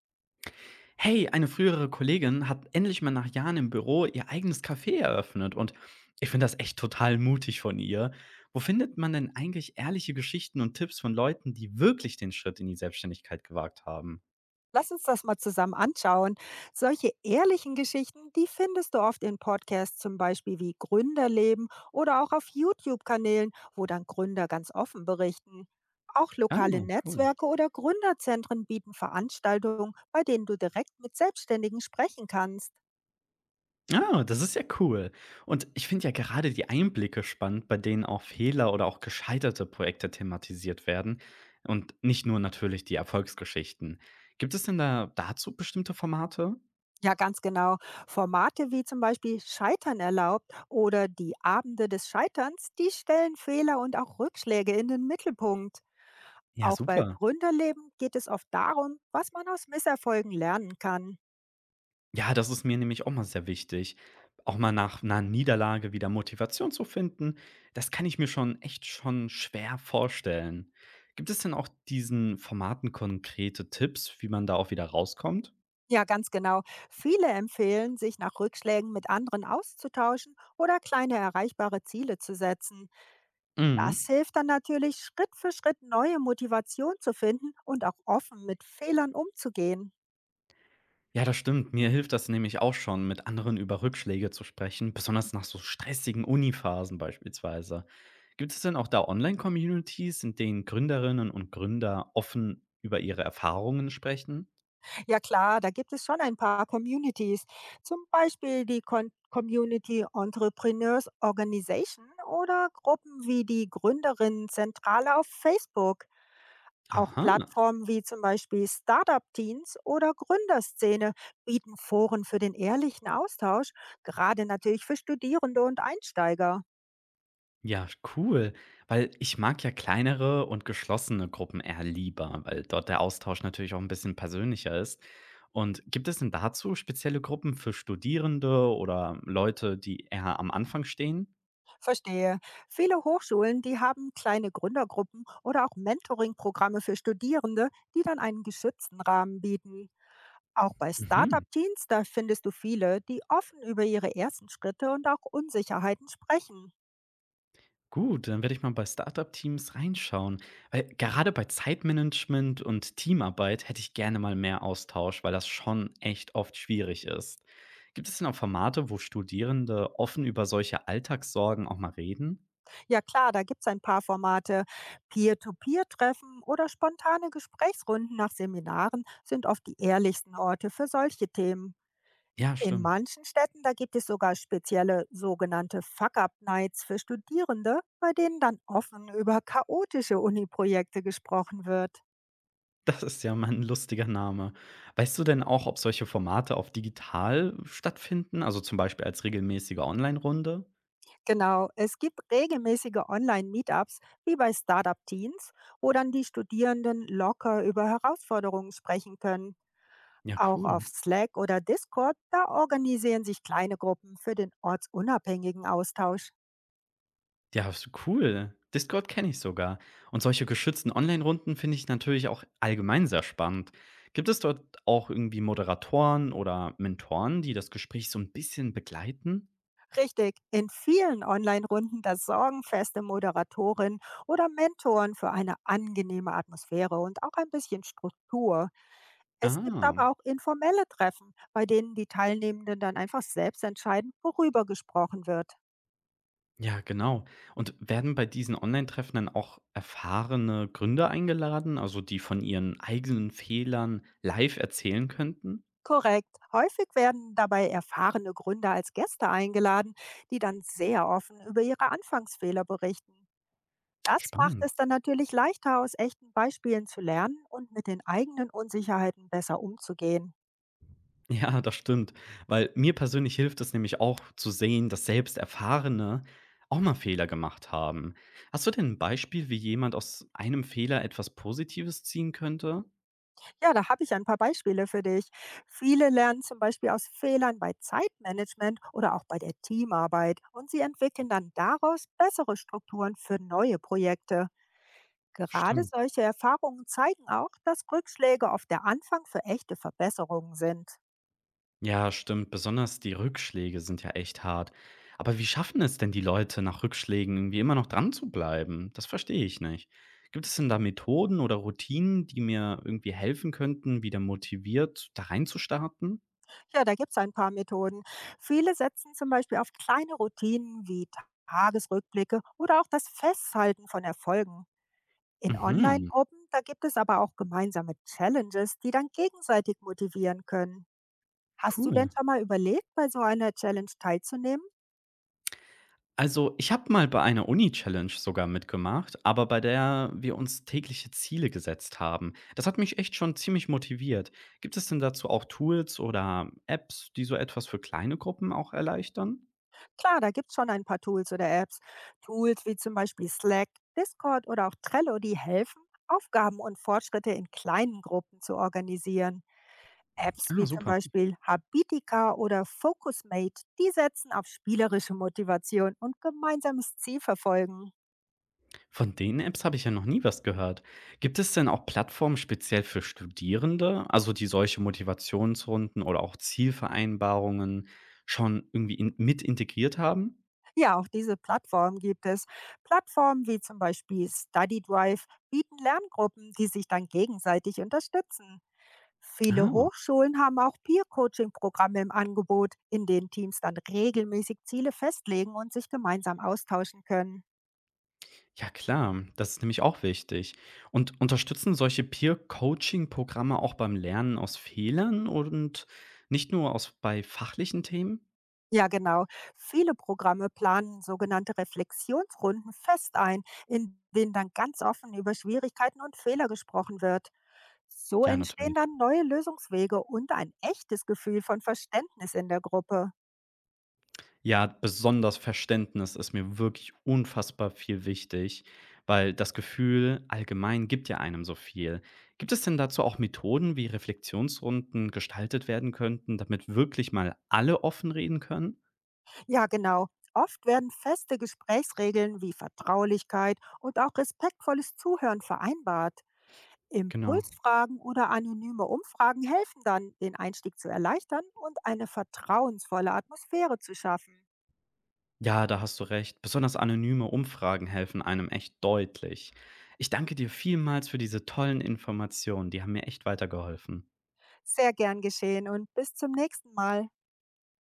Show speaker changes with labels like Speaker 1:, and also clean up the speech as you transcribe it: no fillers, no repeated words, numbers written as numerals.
Speaker 1: Hey, eine frühere Kollegin hat endlich mal nach Jahren im Büro ihr eigenes Café eröffnet und ich finde das echt total mutig von ihr. Wo findet man denn eigentlich ehrliche Geschichten und Tipps von Leuten, die wirklich den Schritt in die Selbstständigkeit gewagt haben?
Speaker 2: Lass uns das mal zusammen anschauen. Solche ehrlichen Geschichten, die findest du oft in Podcasts zum Beispiel wie Gründerleben oder auch auf YouTube-Kanälen, wo dann Gründer ganz offen berichten. Auch
Speaker 1: Ah,
Speaker 2: lokale
Speaker 1: cool.
Speaker 2: Netzwerke oder Gründerzentren bieten Veranstaltungen, bei denen du direkt mit Selbstständigen sprechen kannst.
Speaker 1: Ah, das ist ja cool. Und ich finde ja gerade die Einblicke spannend, bei denen auch Fehler oder auch gescheiterte Projekte thematisiert werden und nicht nur natürlich die Erfolgsgeschichten. Gibt es denn da dazu bestimmte Formate?
Speaker 2: Ja, ganz genau. Formate wie zum Beispiel Scheitern erlaubt oder die Abende des Scheiterns, die stellen Fehler und auch Rückschläge in den Mittelpunkt.
Speaker 1: Ja,
Speaker 2: Auch bei
Speaker 1: super.
Speaker 2: Gründerleben geht es oft darum, was man aus Misserfolgen lernen kann.
Speaker 1: Ja, das ist mir nämlich auch mal sehr wichtig. Auch mal nach einer Niederlage wieder Motivation zu finden, das kann ich mir schon echt schon schwer vorstellen. Gibt es denn auch diesen Formaten konkrete Tipps, wie man da auch wieder rauskommt?
Speaker 2: Ja, ganz genau. Viele empfehlen, sich nach Rückschlägen mit anderen auszutauschen oder kleine erreichbare Ziele zu setzen.
Speaker 1: Mhm.
Speaker 2: Das hilft dann natürlich, Schritt für Schritt neue Motivation zu finden und auch offen mit Fehlern umzugehen.
Speaker 1: Ja, das stimmt. Mir hilft das nämlich auch schon, mit anderen über Rückschläge zu sprechen, besonders nach so stressigen Uniphasen beispielsweise. Gibt es denn auch da Online-Communities, in denen Gründerinnen und Gründer offen über ihre Erfahrungen sprechen?
Speaker 2: Ja klar, da gibt es schon ein paar Communities, zum Beispiel die Con Community Entrepreneurs Organization oder Gruppen wie die Gründerinnen Zentrale auf Facebook. Auch
Speaker 1: Aha.
Speaker 2: Plattformen wie zum Beispiel Startup-Teens oder Gründerszene bieten Foren für den ehrlichen Austausch, gerade natürlich für Studierende und Einsteiger.
Speaker 1: Ja, cool, weil ich mag ja kleinere und geschlossene Gruppen eher lieber, weil dort der Austausch natürlich auch ein bisschen persönlicher ist. Und gibt es denn dazu spezielle Gruppen für Studierende oder Leute, die eher am Anfang stehen?
Speaker 2: Verstehe. Viele Hochschulen, die haben kleine Gründergruppen oder auch Mentoring-Programme für Studierende, die dann einen geschützten Rahmen bieten. Auch bei
Speaker 1: Mhm,
Speaker 2: Startup-Teens, da findest du viele, die offen über ihre ersten Schritte und auch Unsicherheiten sprechen.
Speaker 1: gut, dann werde ich mal bei Startup teams reinschauen, weil gerade bei Zeitmanagement und Teamarbeit hätte ich gerne mal mehr Austausch, weil das schon echt oft schwierig ist. Gibt es denn auch Formate, wo Studierende offen über solche Alltagssorgen auch mal reden?
Speaker 2: Ja klar, da gibt's ein paar Formate. Peer-to-Peer-Treffen oder spontane Gesprächsrunden nach Seminaren sind oft die ehrlichsten Orte für solche Themen.
Speaker 1: Ja,
Speaker 2: In
Speaker 1: stimmt.
Speaker 2: manchen Städten, da gibt es sogar spezielle sogenannte Fuck-Up-Nights für Studierende, bei denen dann offen über chaotische Uni-Projekte gesprochen wird.
Speaker 1: Das ist ja mal ein lustiger Name. Weißt du denn auch, ob solche Formate auch digital stattfinden, also zum Beispiel als regelmäßige Onlinerunde?
Speaker 2: Genau, es gibt regelmäßige Online-Meetups wie bei Startup Teens, wo dann die Studierenden locker über Herausforderungen sprechen können.
Speaker 1: Ja,
Speaker 2: Auch
Speaker 1: cool.
Speaker 2: auf Slack oder Discord, da organisieren sich kleine Gruppen für den ortsunabhängigen Austausch.
Speaker 1: Ja, ist cool. Discord kenne ich sogar. Und solche geschützten Onlinerunden finde ich natürlich auch allgemein sehr spannend. Gibt es dort auch irgendwie Moderatoren oder Mentoren, die das Gespräch so ein bisschen begleiten?
Speaker 2: Richtig, in vielen Online-Runden da sorgen feste Moderatorin oder Mentoren für eine angenehme Atmosphäre und auch ein bisschen Struktur. Es gibt
Speaker 1: Ah.
Speaker 2: aber auch informelle Treffen, bei denen die Teilnehmenden dann einfach selbst entscheiden, worüber gesprochen wird.
Speaker 1: Ja, genau. Und werden bei diesen Online-Treffen dann auch erfahrene Gründer eingeladen, also die von ihren eigenen Fehlern live erzählen könnten?
Speaker 2: Korrekt. Häufig werden dabei erfahrene Gründer als Gäste eingeladen, die dann sehr offen über ihre Anfangsfehler berichten. Das macht
Speaker 1: Spannend.
Speaker 2: es dann natürlich leichter, aus echten Beispielen zu lernen und mit den eigenen Unsicherheiten besser umzugehen.
Speaker 1: Ja, das stimmt. Weil mir persönlich hilft es nämlich auch zu sehen, dass selbst Erfahrene auch mal Fehler gemacht haben. Hast du denn ein Beispiel, wie jemand aus einem Fehler etwas Positives ziehen könnte?
Speaker 2: Ja, da habe ich ein paar Beispiele für dich. Viele lernen zum Beispiel aus Fehlern bei Zeitmanagement oder auch bei der Teamarbeit und sie entwickeln dann daraus bessere Strukturen für neue Projekte. Gerade
Speaker 1: Stimmt.
Speaker 2: solche Erfahrungen zeigen auch, dass Rückschläge oft der Anfang für echte Verbesserungen sind.
Speaker 1: Ja, stimmt. Besonders die Rückschläge sind ja echt hart. Aber wie schaffen es denn die Leute, nach Rückschlägen irgendwie immer noch dran zu bleiben? Das verstehe ich nicht. Gibt es denn da Methoden oder Routinen, die mir irgendwie helfen könnten, wieder motiviert da reinzustarten?
Speaker 2: Ja, da gibt's ein paar Methoden. Viele setzen zum Beispiel auf kleine Routinen wie Tagesrückblicke oder auch das Festhalten von Erfolgen. In
Speaker 1: Mhm,
Speaker 2: Online-Gruppen, da gibt es aber auch gemeinsame Challenges, die dann gegenseitig motivieren können. Hast du denn
Speaker 1: cool.
Speaker 2: schon mal überlegt, bei so einer Challenge teilzunehmen?
Speaker 1: Also, ich habe mal bei einer Uni-Challenge sogar mitgemacht, aber bei der wir uns tägliche Ziele gesetzt haben. Das hat mich echt schon ziemlich motiviert. Gibt es denn dazu auch Tools oder Apps, die so etwas für kleine Gruppen auch erleichtern?
Speaker 2: Klar, da gibt's schon ein paar Tools oder Apps. Tools wie zum Beispiel Slack, Discord oder auch Trello, die helfen, Aufgaben und Fortschritte in kleinen Gruppen zu organisieren. Apps
Speaker 1: Ah,
Speaker 2: wie zum
Speaker 1: super.
Speaker 2: Beispiel Habitica oder Focusmate, die setzen auf spielerische Motivation und gemeinsames Zielverfolgen.
Speaker 1: Von den Apps habe ich ja noch nie was gehört. Gibt es denn auch Plattformen speziell für Studierende, also die solche Motivationsrunden oder auch Zielvereinbarungen mit integriert haben?
Speaker 2: Ja, auch diese Plattformen gibt es. Plattformen wie zum Beispiel StudyDrive bieten Lerngruppen, die sich dann gegenseitig unterstützen. Viele
Speaker 1: Ah,
Speaker 2: Hochschulen haben auch Peer-Coaching-Programme im Angebot, in denen Teams dann regelmäßig Ziele festlegen und sich gemeinsam austauschen können.
Speaker 1: ja klar, das ist nämlich auch wichtig. Und unterstützen solche Peer-Coaching-Programme auch beim Lernen aus Fehlern und nicht nur aus bei fachlichen Themen?
Speaker 2: Ja, genau. Viele Programme planen sogenannte Reflexionsrunden fest ein, in denen dann ganz offen über Schwierigkeiten und Fehler gesprochen wird. So
Speaker 1: Ja,
Speaker 2: entstehen
Speaker 1: natürlich.
Speaker 2: dann neue Lösungswege und ein echtes Gefühl von Verständnis in der Gruppe.
Speaker 1: Ja, besonders Verständnis ist mir wirklich unfassbar viel wichtig, weil das Gefühl allgemein gibt ja einem so viel. Gibt es denn dazu auch Methoden, wie Reflexionsrunden gestaltet werden könnten, damit wirklich mal alle offen reden können?
Speaker 2: Ja, genau. Oft werden feste Gesprächsregeln wie Vertraulichkeit und auch respektvolles Zuhören vereinbart.
Speaker 1: Genau.
Speaker 2: Impulsfragen oder anonyme Umfragen helfen dann, den Einstieg zu erleichtern und eine vertrauensvolle Atmosphäre zu schaffen.
Speaker 1: Ja, da hast du recht. Besonders anonyme Umfragen helfen einem echt deutlich. Ich danke dir vielmals für diese tollen Informationen. Die haben mir echt weitergeholfen.
Speaker 2: Sehr gern geschehen und bis zum nächsten Mal.